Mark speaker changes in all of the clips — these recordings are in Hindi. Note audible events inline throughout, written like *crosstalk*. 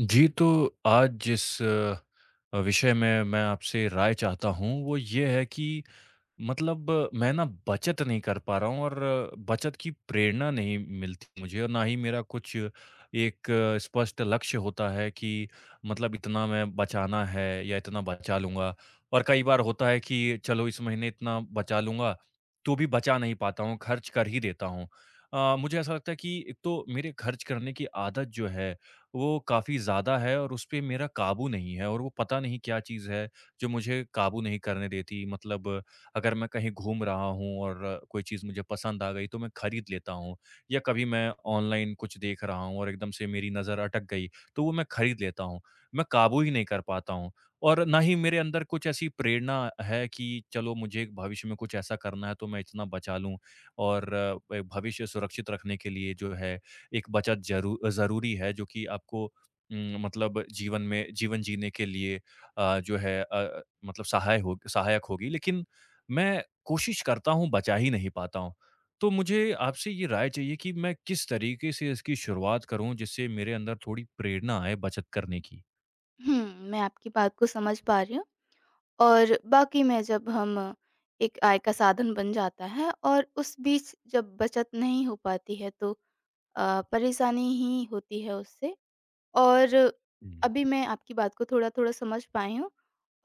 Speaker 1: जी, तो आज जिस विषय में मैं आपसे राय चाहता हूँ, वो ये है कि मतलब मैं ना बचत नहीं कर पा रहा हूँ और बचत की प्रेरणा नहीं मिलती मुझे और ना ही मेरा कुछ एक स्पष्ट लक्ष्य होता है कि मतलब इतना मैं बचाना है या इतना बचा लूँगा। और कई बार होता है कि चलो इस महीने इतना बचा लूँगा, तो भी बचा नहीं पाता हूँ, खर्च कर ही देता हूँ। मुझे ऐसा लगता है कि एक तो मेरे खर्च करने की आदत जो है वो काफ़ी ज़्यादा है और उस पे मेरा काबू नहीं है और वो पता नहीं क्या चीज़ है जो मुझे काबू नहीं करने देती। मतलब अगर मैं कहीं घूम रहा हूँ और कोई चीज़ मुझे पसंद आ गई तो मैं खरीद लेता हूँ या कभी मैं ऑनलाइन कुछ देख रहा हूँ और एकदम से मेरी नज़र अटक गई तो वो मैं खरीद लेता हूँ। मैं काबू ही नहीं कर पाता हूँ और ना ही मेरे अंदर कुछ ऐसी प्रेरणा है कि चलो मुझे भविष्य में कुछ ऐसा करना है तो मैं इतना बचा लूँ और भविष्य सुरक्षित रखने के लिए जो है एक बचत जरू ज़रूरी है जो कि आपको मतलब जीवन में जीवन जीने के लिए जो है मतलब सहायक होगी। लेकिन मैं कोशिश करता हूँ, बचा ही नहीं पाता हूँ। तो मुझे आपसे ये राय चाहिए कि मैं किस तरीके से इसकी शुरुआत करूँ जिससे मेरे अंदर थोड़ी प्रेरणा आए बचत करने की?
Speaker 2: हुँ, मैं आपकी बात को समझ पा रही हूँ। और वाक़ई में, जब हम एक आय का साधन बन जाता है और उस बीच जब बचत नहीं हो पाती है, तो परेशानी ही होती है उससे। और
Speaker 1: हुँ।
Speaker 2: अभी मैं आपकी बात को थोड़ा-थोड़ा समझ पाई हूँ,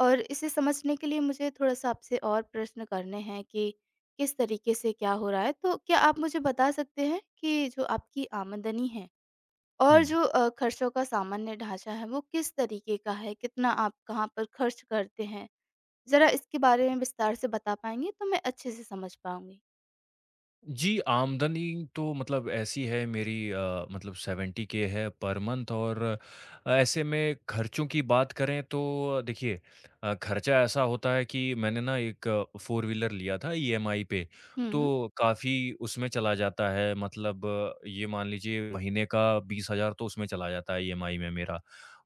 Speaker 2: और इसे समझने के लिए मुझे थोड़ा-सा आपसे और प्रश्न करने हैं कि किस तरीके से क्या हो रहा है। तो क्या आप मुझे बता सकते हैं कि जो आपकी आमदनी है और
Speaker 1: हुँ।
Speaker 2: जो खर्चों का सामान्य ढाँचा है, वो किस तरीके का है? कितना आप कहाँ पर खर्च करते हैं? ज़रा इसके बारे में विस्तार से बता पाएँगे, तो मैं अच्छे से समझ पाऊँगी।
Speaker 1: जी, आमदनी तो मतलब ऐसी है मेरी मतलब 70 के है पर मंथ और ऐसे में खर्चों की बात करें तो देखिए खर्चा ऐसा होता है कि मैंने ना एक फ़ोर व्हीलर लिया था ईएमआई पे,
Speaker 2: हुँ।
Speaker 1: तो काफ़ी उसमें चला जाता है मतलब ये मान लीजिए महीने का 20,000 तो उसमें चला जाता है ईएमआई में मेरा।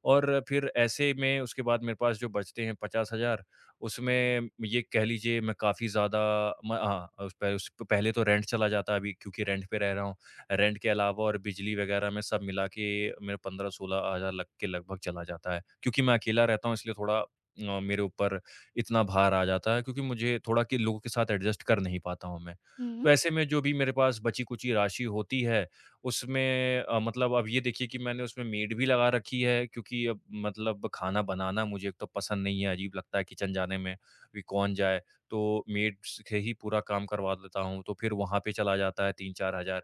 Speaker 1: और फिर ऐसे में उसके बाद मेरे पास जो बचते हैं 50,000 उसमें ये कह लीजिए मैं काफ़ी ज़्यादा म हाँ, उस पे उस प- पहले तो रेंट चला जाता अभी क्योंकि रेंट पे रह रहा हूँ। रेंट के अलावा और बिजली वगैरह में सब मिला के मेरा 15-16 हज़ार लग के लगभग चला जाता है। क्योंकि मैं अकेला रहता हूँ इसलिए थोड़ा मेरे ऊपर इतना भार आ जाता है क्योंकि मुझे थोड़ा कि लोगों के साथ एडजस्ट कर नहीं पाता हूँ मैं।
Speaker 2: हुँ।
Speaker 1: तो ऐसे में जो भी मेरे पास बची-कुची राशि होती है उसमें मतलब अब ये देखिए कि मैंने उसमें मेड भी लगा रखी है क्योंकि अब मतलब खाना बनाना मुझे एक तो पसंद नहीं है, अजीब लगता है किचन जाने में भी कौन जाए, तो मेड से ही पूरा काम करवा लेता हूँ, तो फिर वहाँ पे चला जाता है 3-4 हज़ार।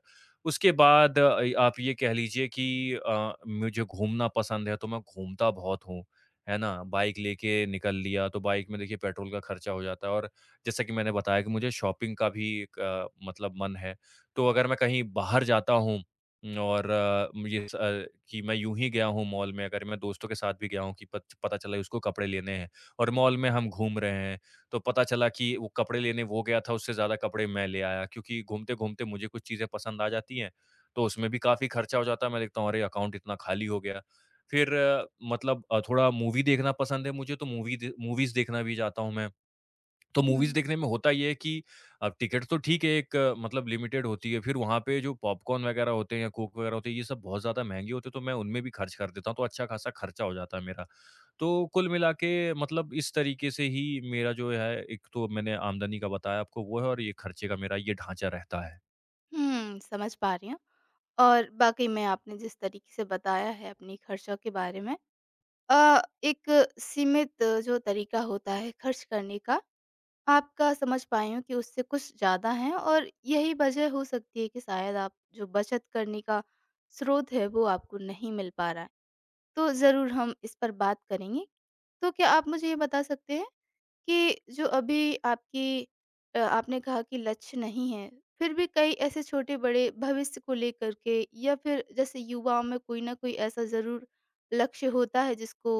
Speaker 1: उसके बाद आप ये कह लीजिए कि मुझे घूमना पसंद है, तो मैं घूमता बहुत हूँ, है ना? बाइक लेके निकल लिया, तो बाइक में देखिए पेट्रोल का खर्चा हो जाता है और जैसा कि मैंने बताया कि मुझे शॉपिंग का भी एक मतलब मन है, तो अगर मैं कहीं बाहर जाता हूँ और मुझे कि मैं यूँ ही गया हूँ मॉल में, अगर मैं दोस्तों के साथ भी गया हूँ कि पत पता चला उसको कपड़े लेने हैं और मॉल में हम घूम रहे हैं, तो पता चला कि वो कपड़े लेने वो गया था, उससे ज़्यादा कपड़े मैं ले आया क्योंकि घूमते-घूमते मुझे कुछ चीज़ें पसंद आ जाती हैं, तो उसमें भी काफ़ी खर्चा हो जाता है। मैं देखता हूँ अरे! अकाउंट इतना खाली हो गया। फिर मतलब थोड़ा मूवी देखना पसंद है मुझे, तो मूवीज़ देखना भी जाता हूँ मैं। तो मूवीज़
Speaker 2: हुँ।
Speaker 1: देखने में होता ये है कि अब टिकट तो ठीक है एक मतलब लिमिटेड होती है, फिर वहाँ पे जो पॉपकॉर्न वग़ैरह होते हैं या कोक वग़ैरह होते हैं, ये सब बहुत ज़्यादा महँगे होते हैं, तो मैं उनमें भी खर्च कर देता हूँ, तो अच्छा खासा खर्चा हो जाता है मेरा। तो कुल मिला के मतलब इस तरीके से ही मेरा जो है, एक तो मैंने आमदनी का बताया आपको वो है और ये खर्चे का मेरा ये ढाँचा रहता है।
Speaker 2: समझ पा रही हूँ। और वाक़ई में आपने जिस तरीके से बताया है अपनी खर्चों के बारे में, एक सीमित जो तरीका होता है खर्च करने का, आपका समझ पाई हूँ कि उससे कुछ ज़्यादा है। और यही वजह हो सकती है कि शायद आप जो बचत करने का स्रोत है, वो आपको नहीं मिल पा रहा है। तो ज़रूर हम इस पर बात करेंगे। तो क्या आप मुझे ये बता सकते हैं कि जो अभी आपकी आपने कहा कि लक्ष्य नहीं है, फिर भी कई ऐसे छोटे-बड़े भविष्य को लेकर के, या फिर जैसे युवाओं में कोई ना कोई ऐसा ज़रूर लक्ष्य होता है जिसको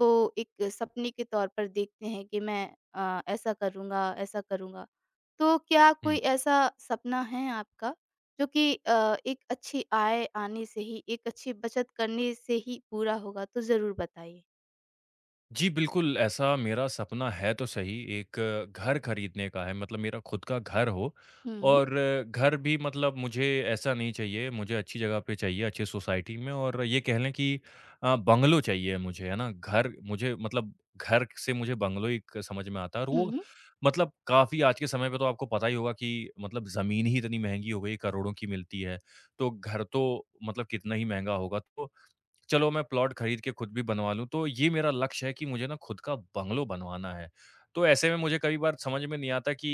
Speaker 2: वो एक सपने के तौर पर देखते हैं कि मैं ऐसा करूँगा, ऐसा करूँगा। तो क्या
Speaker 1: हुँ।
Speaker 2: कोई ऐसा सपना है आपका, जो कि एक अच्छी आय आने से ही, एक अच्छी बचत करने से ही पूरा होगा? तो ज़रूर बताइए।
Speaker 1: जी, बिल्कुल, ऐसा मेरा सपना है तो सही एक घर खरीदने का है मतलब मेरा खुद का घर हो
Speaker 2: हुँ, हुँ।
Speaker 1: और घर भी मतलब मुझे ऐसा नहीं चाहिए, मुझे अच्छी जगह पे चाहिए, अच्छी सोसाइटी में और ये कह लें कि बंगलो चाहिए मुझे, है ना? घर मुझे मतलब घर से मुझे बंगलो ही क समझ में आता है और
Speaker 2: हुँ,
Speaker 1: वो
Speaker 2: हुँ।
Speaker 1: मतलब काफ़ी आज के समय पे तो आपको पता ही होगा कि मतलब ज़मीन ही इतनी महँगी हो गई, करोड़ों की मिलती है, तो घर तो मतलब कितना ही महँगा होगा। तो चलो मैं प्लॉट खरीद के खुद भी बनवा लूँ, तो ये मेरा लक्ष्य है कि मुझे ना खुद का बंगलो बनवाना है। तो ऐसे में मुझे कई बार समझ में नहीं आता कि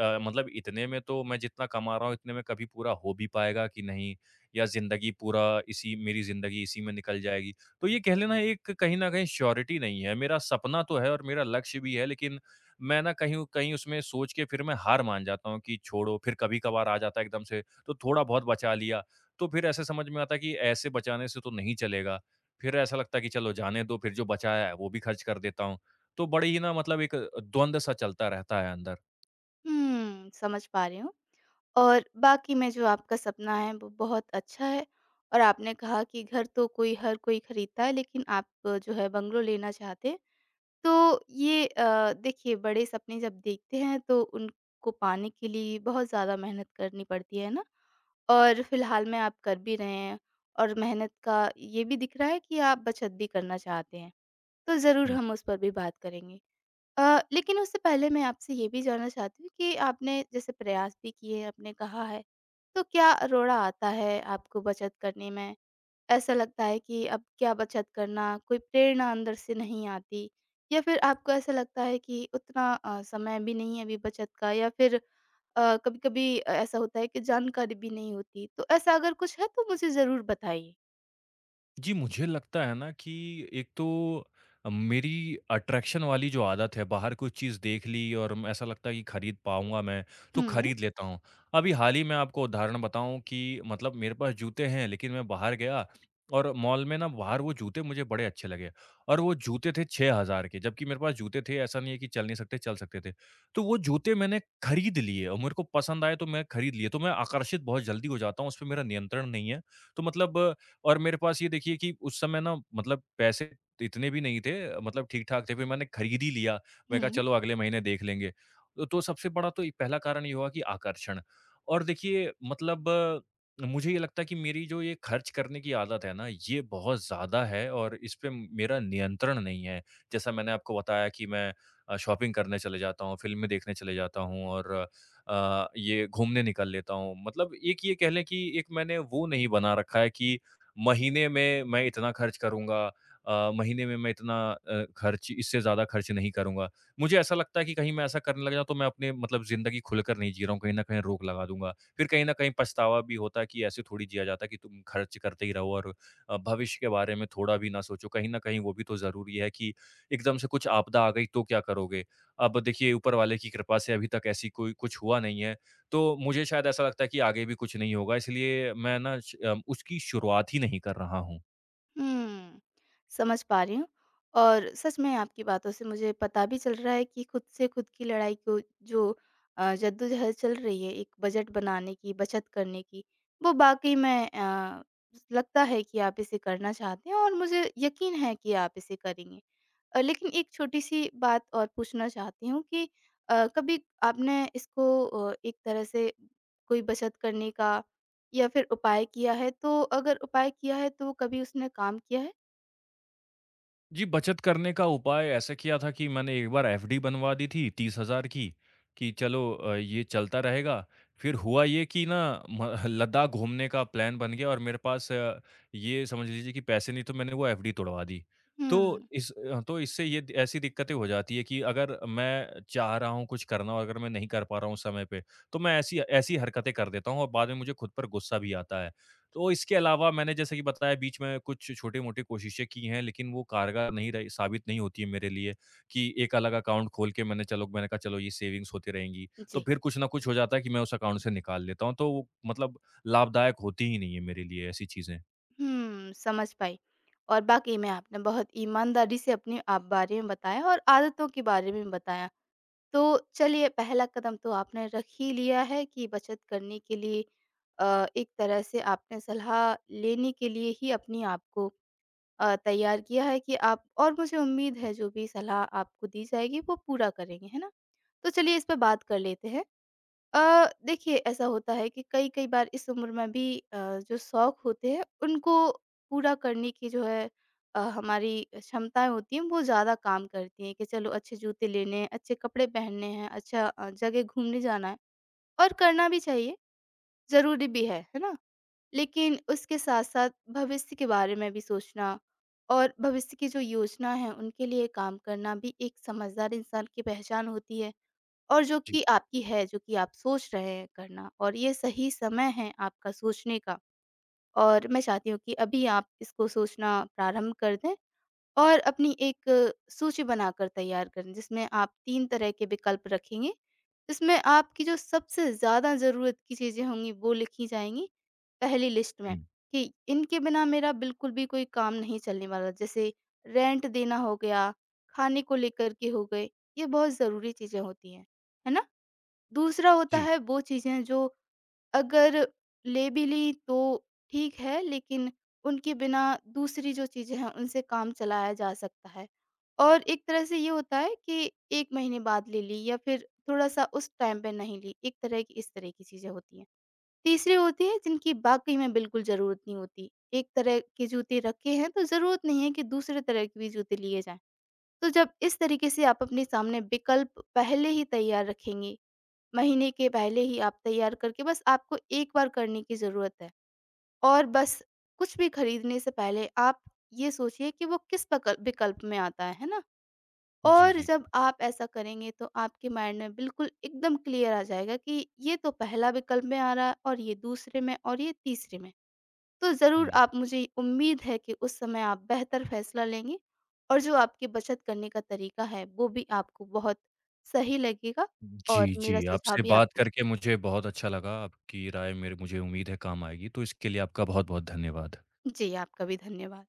Speaker 1: मतलब इतने में तो मैं जितना कमा रहा हूँ, इतने में कभी पूरा हो भी पाएगा कि नहीं? या ज़िंदगी पूरा इसी मेरी ज़िंदगी इसी में निकल जाएगी? तो ये कह लेना एक कहीं न कहीं श्योरिटी नहीं है। मेरा सपना तो है और मेरा लक्ष्य भी है, लेकिन मैं ना कहीं कहीं उसमें सोच के फिर मैं हार मान जाता हूँ कि छोड़ो, फिर कभी-कभार आ जाता है एकदम से, तो थोड़ा बहुत बचा लिया। तो फिर ऐसे समझ में आता है कि ऐसे बचाने से तो नहीं चलेगा। फिर ऐसा लगता है कि चलो जाने दो, फिर जो बचाया है वो भी खर्च कर देता हूँ। तो बड़ी ही ना मतलब एक द्वंद सा चलता रहता है अंदर।
Speaker 2: समझ पा रही हूँ। और बाकी में जो आपका सपना है वो बहुत अच्छा है, और आपने कहा कि घर तो कोई हर कोई खरीदता है, लेकिन आप जो है बंगलो लेना चाहते हैं। तो ये, देखिए, बड़े सपने जब देखते हैं तो उनको पाने के लिए बहुत ज़्यादा मेहनत करनी पड़ती है ना, और फिलहाल में आप कर भी रहे हैं, और मेहनत का ये भी दिख रहा है कि आप बचत भी करना चाहते हैं। तो ज़रूर हम उस पर भी बात करेंगे। लेकिन उससे पहले मैं आपसे ये भी जानना चाहती हूँ कि आपने जैसे प्रयास भी किए, आपने कहा है, तो क्या रोड़ा आता है आपको बचत करने में? ऐसा लगता है कि अब क्या बचत करना, कोई प्रेरणा अंदर से नहीं आती, या फिर आपको ऐसा लगता है कि उतना समय भी नहीं है अभी बचत का, या फिर कभी-कभी ऐसा होता है कि जानकारी भी नहीं होती, तो ऐसा अगर कुछ है तो मुझे ज़रूर बताइए?
Speaker 1: जी, मुझे लगता है ना कि एक तो मेरी अट्रैक्शन वाली जो आदत है, बाहर कोई चीज़ देख ली और ऐसा लगता है कि खरीद पाऊँगा मैं, तो
Speaker 2: हुँ,
Speaker 1: खरीद लेता हूँ। अभी हाल ही में आपको उदाहरण बताऊँ कि मतलब मेरे पास जूते हैं, लेकिन मैं बाहर गया और मॉल में ना बाहर वो जूते मुझे बड़े अच्छे लगे और वो जूते थे 6,000 के, जबकि मेरे पास जूते थे, ऐसा नहीं है कि चल नहीं सकते, चल सकते थे। तो वो जूते मैंने खरीद लिए और मेरे को पसंद आए, तो मैं खरीद लिए। तो मैं आकर्षित बहुत जल्दी हो जाता हूँ, उस पे मेरा नियंत्रण नहीं है। तो मतलब और मेरे पास ये देखिए कि उस समय ना मतलब पैसे इतने भी नहीं थे मतलब ठीक-ठाक थे, फिर मैंने खरीद ही लिया। मैं कहा
Speaker 2: हुँ।
Speaker 1: चलो अगले महीने देख लेंगे। तो सबसे बड़ा तो पहला कारण ये हुआ कि आकर्षण और देखिए मतलब मुझे ये लगता है कि मेरी जो ये खर्च करने की आदत है ना, ये बहुत ज़्यादा है और इस पे मेरा नियंत्रण नहीं है। जैसा मैंने आपको बताया कि मैं शॉपिंग करने चले जाता हूँ, फ़िल्में देखने चले जाता हूँ और ये घूमने निकल लेता हूँ। मतलब एक ये कह लें कि एक मैंने वो नहीं बना रखा है कि महीने में मैं इतना खर्च करूँगा महीने में मैं इतना अ, खर्च इससे ज़्यादा खर्च नहीं करूँगा। मुझे ऐसा लगता है कि कहीं मैं ऐसा करने लग जाऊँ तो मैं अपने मतलब ज़िंदगी खुलकर नहीं जी रहा हूँ, कहीं न कहीं रोक लगा दूँगा। फिर कहीं न कहीं पछतावा भी होता है कि ऐसे थोड़ी जिया जाता है कि तुम खर्च करते ही रहो और भविष्य के बारे में थोड़ा भी ना सोचो। कहीं न कहीं वो भी तो ज़रूरी है कि एकदम से कुछ आपदा आ गई तो क्या करोगे? अब देखिए ऊपर वाले की कृपा से अभी तक ऐसी कोई कुछ हुआ नहीं है। तो मुझे शायद ऐसा लगता है कि आगे भी कुछ नहीं होगा इसलिए मैं ना उसकी शुरुआत ही नहीं कर रहा हूँ।
Speaker 2: हुँ, समझ पा रही हूँ, और सच में आपकी बातों से मुझे पता भी चल रहा है कि खुद से खुद की लड़ाई को, जो जद्दोजहद चल रही है, एक बजट बनाने की, बचत करने की, वो वाक़ई में लगता है कि आप इसे करना चाहते हैं, और मुझे यकीन है कि आप इसे करेंगे। लेकिन एक छोटी-सी बात और पूछना चाहती हूँ, कि कभी आपने इसको एक तरह से कोई बचत करने का या फिर उपाय किया है? तो अगर उपाय किया है तो कभी उसने काम किया है?
Speaker 1: जी, बचत करने का उपाय ऐसा किया था कि मैंने एक बार एफडी बनवा दी थी 30,000 की कि चलो ये चलता रहेगा। फिर हुआ ये कि ना म *laughs* लद्दाख घूमने का प्लान बन गया और मेरे पास ये समझ लीजिए कि पैसे नहीं तो मैंने वो एफडी तोड़वा दी।
Speaker 2: हुँ।
Speaker 1: तो इससे ये ऐसी दिक्कतें हो जाती है कि अगर मैं चाह रहा हूँ कुछ करना और अगर मैं नहीं कर पा रहा हूँ समय पे, तो मैं ऐसी ऐसी हरकतें कर देता हूँ और बाद में मुझे खुद पर गुस्सा भी आता है। तो इसके अलावा मैंने जैसे कि बताया बीच में कुछ छोटी-मोटी कोशिशें की हैं, लेकिन वो कारगर नहीं रही साबित नहीं होती है मेरे लिए कि एक अलग अकाउंट खोल के मैंने चलो मैंने कहा चलो ये सेविंग्स होती रहेंगी। तो
Speaker 2: जी।
Speaker 1: फिर कुछ न कुछ हो जाता है कि मैं उस अकाउंट से निकाल लेता हूँ, तो वो मतलब लाभदायक होती ही नहीं है मेरे लिए ऐसी चीज़ें।
Speaker 2: समझ पाई। और वाक़ई में आपने बहुत ईमानदारी से अपने आप बारे में बताया और आदतों के बारे में बताया। तो चलिए, पहला कदम तो आपने रख ही लिया है, कि बचत करने के लिए एक तरह से आपने सलाह लेने के लिए ही अपने आप को तैयार किया है, कि आप, और मुझे उम्मीद है जो भी सलाह आपको दी जाएगी वो पूरा करेंगे, है ना? तो चलिए, इस पे बात कर लेते हैं। देखिए, ऐसा होता है कि कई-कई बार इस उम्र में भी जो शौक होते हैं उनको पूरा करने की जो है, हमारी क्षमताएँ होती हैं वो ज़्यादा काम करती हैं, कि चलो अच्छे जूते लेने हैं, अच्छे कपड़े पहनने हैं, अच्छा जगह घूमने जाना है, और करना भी चाहिए, ज़रूरी भी है ना? लेकिन उसके साथ-साथ भविष्य के बारे में भी सोचना और भविष्य की जो योजना है, उनके लिए काम करना भी एक समझदार इंसान की पहचान होती है, और जो
Speaker 1: जी।
Speaker 2: कि आपकी है, जो कि आप सोच रहे हैं करना, और ये सही समय है आपका सोचने का। और मैं चाहती हूँ कि अभी आप इसको सोचना प्रारंभ कर दें, और अपनी एक सूची बनाकर तैयार करें, जिसमें आप 3 तरह के विकल्प रखेंगे। इसमें आपकी जो सबसे ज़्यादा ज़रूरत की चीज़ें होंगी वो लिखी जाएँगी पहली लिस्ट
Speaker 1: हुँ।
Speaker 2: में, कि इनके बिना मेरा बिल्कुल भी कोई काम नहीं चलने वाला। जैसे, रेंट देना हो गया, खाने को लेकर के हो गए, ये बहुत ज़रूरी चीज़ें होती हैं। है ना? दूसरा होता
Speaker 1: जी।
Speaker 2: है वो चीज़ें जो अगर ले भी ली तो ठीक है, लेकिन उनके बिना दूसरी जो चीज़ें हैं उनसे काम चलाया जा सकता है। और एक तरह से ये होता है कि 1 महीने बाद ले ली या फिर थोड़ा-सा उस टाइम पे नहीं ली, एक तरह की इस तरह की चीज़ें होती हैं। तीसरी होती है जिनकी वाक़ई में बिल्कुल ज़रूरत नहीं होती, एक तरह के जूते रखे हैं तो ज़रूरत नहीं है कि दूसरे तरह के भी जूते लिए जाएँ। तो जब इस तरीके से आप अपने सामने विकल्प पहले ही तैयार रखेंगी, महीने के पहले ही आप तैयार करके, बस आपको एक बार करने की ज़रूरत है, और बस कुछ भी खरीदने से पहले आप ये सोचिए कि वो किस पकल विकल्प में आता है ना?
Speaker 1: जी,
Speaker 2: और
Speaker 1: जी।
Speaker 2: जब आप ऐसा करेंगे तो आपके माइंड में बिल्कुल एकदम क्लियर आ जाएगा कि ये तो पहला विकल्प में आ रहा है, और ये दूसरे में, और ये तीसरे में। तो ज़रूर,
Speaker 1: हुँ।
Speaker 2: आप, मुझे उम्मीद है कि उस समय आप बेहतर फ़ैसला लेंगे, और जो आपकी बचत करने का तरीका है, वो भी आपको बहुत सही लगेगा। और
Speaker 1: जी,
Speaker 2: मेरा
Speaker 1: जी।
Speaker 2: सुझाव
Speaker 1: आपसे
Speaker 2: भी
Speaker 1: बात
Speaker 2: आपके लिए।
Speaker 1: करके मुझे बहुत अच्छा लगा। आपकी राय मेरे मुझे उम्मीद है काम आएगी, तो इसके लिए आपका बहुत-बहुत धन्यवाद।
Speaker 2: जी, आपका भी धन्यवाद।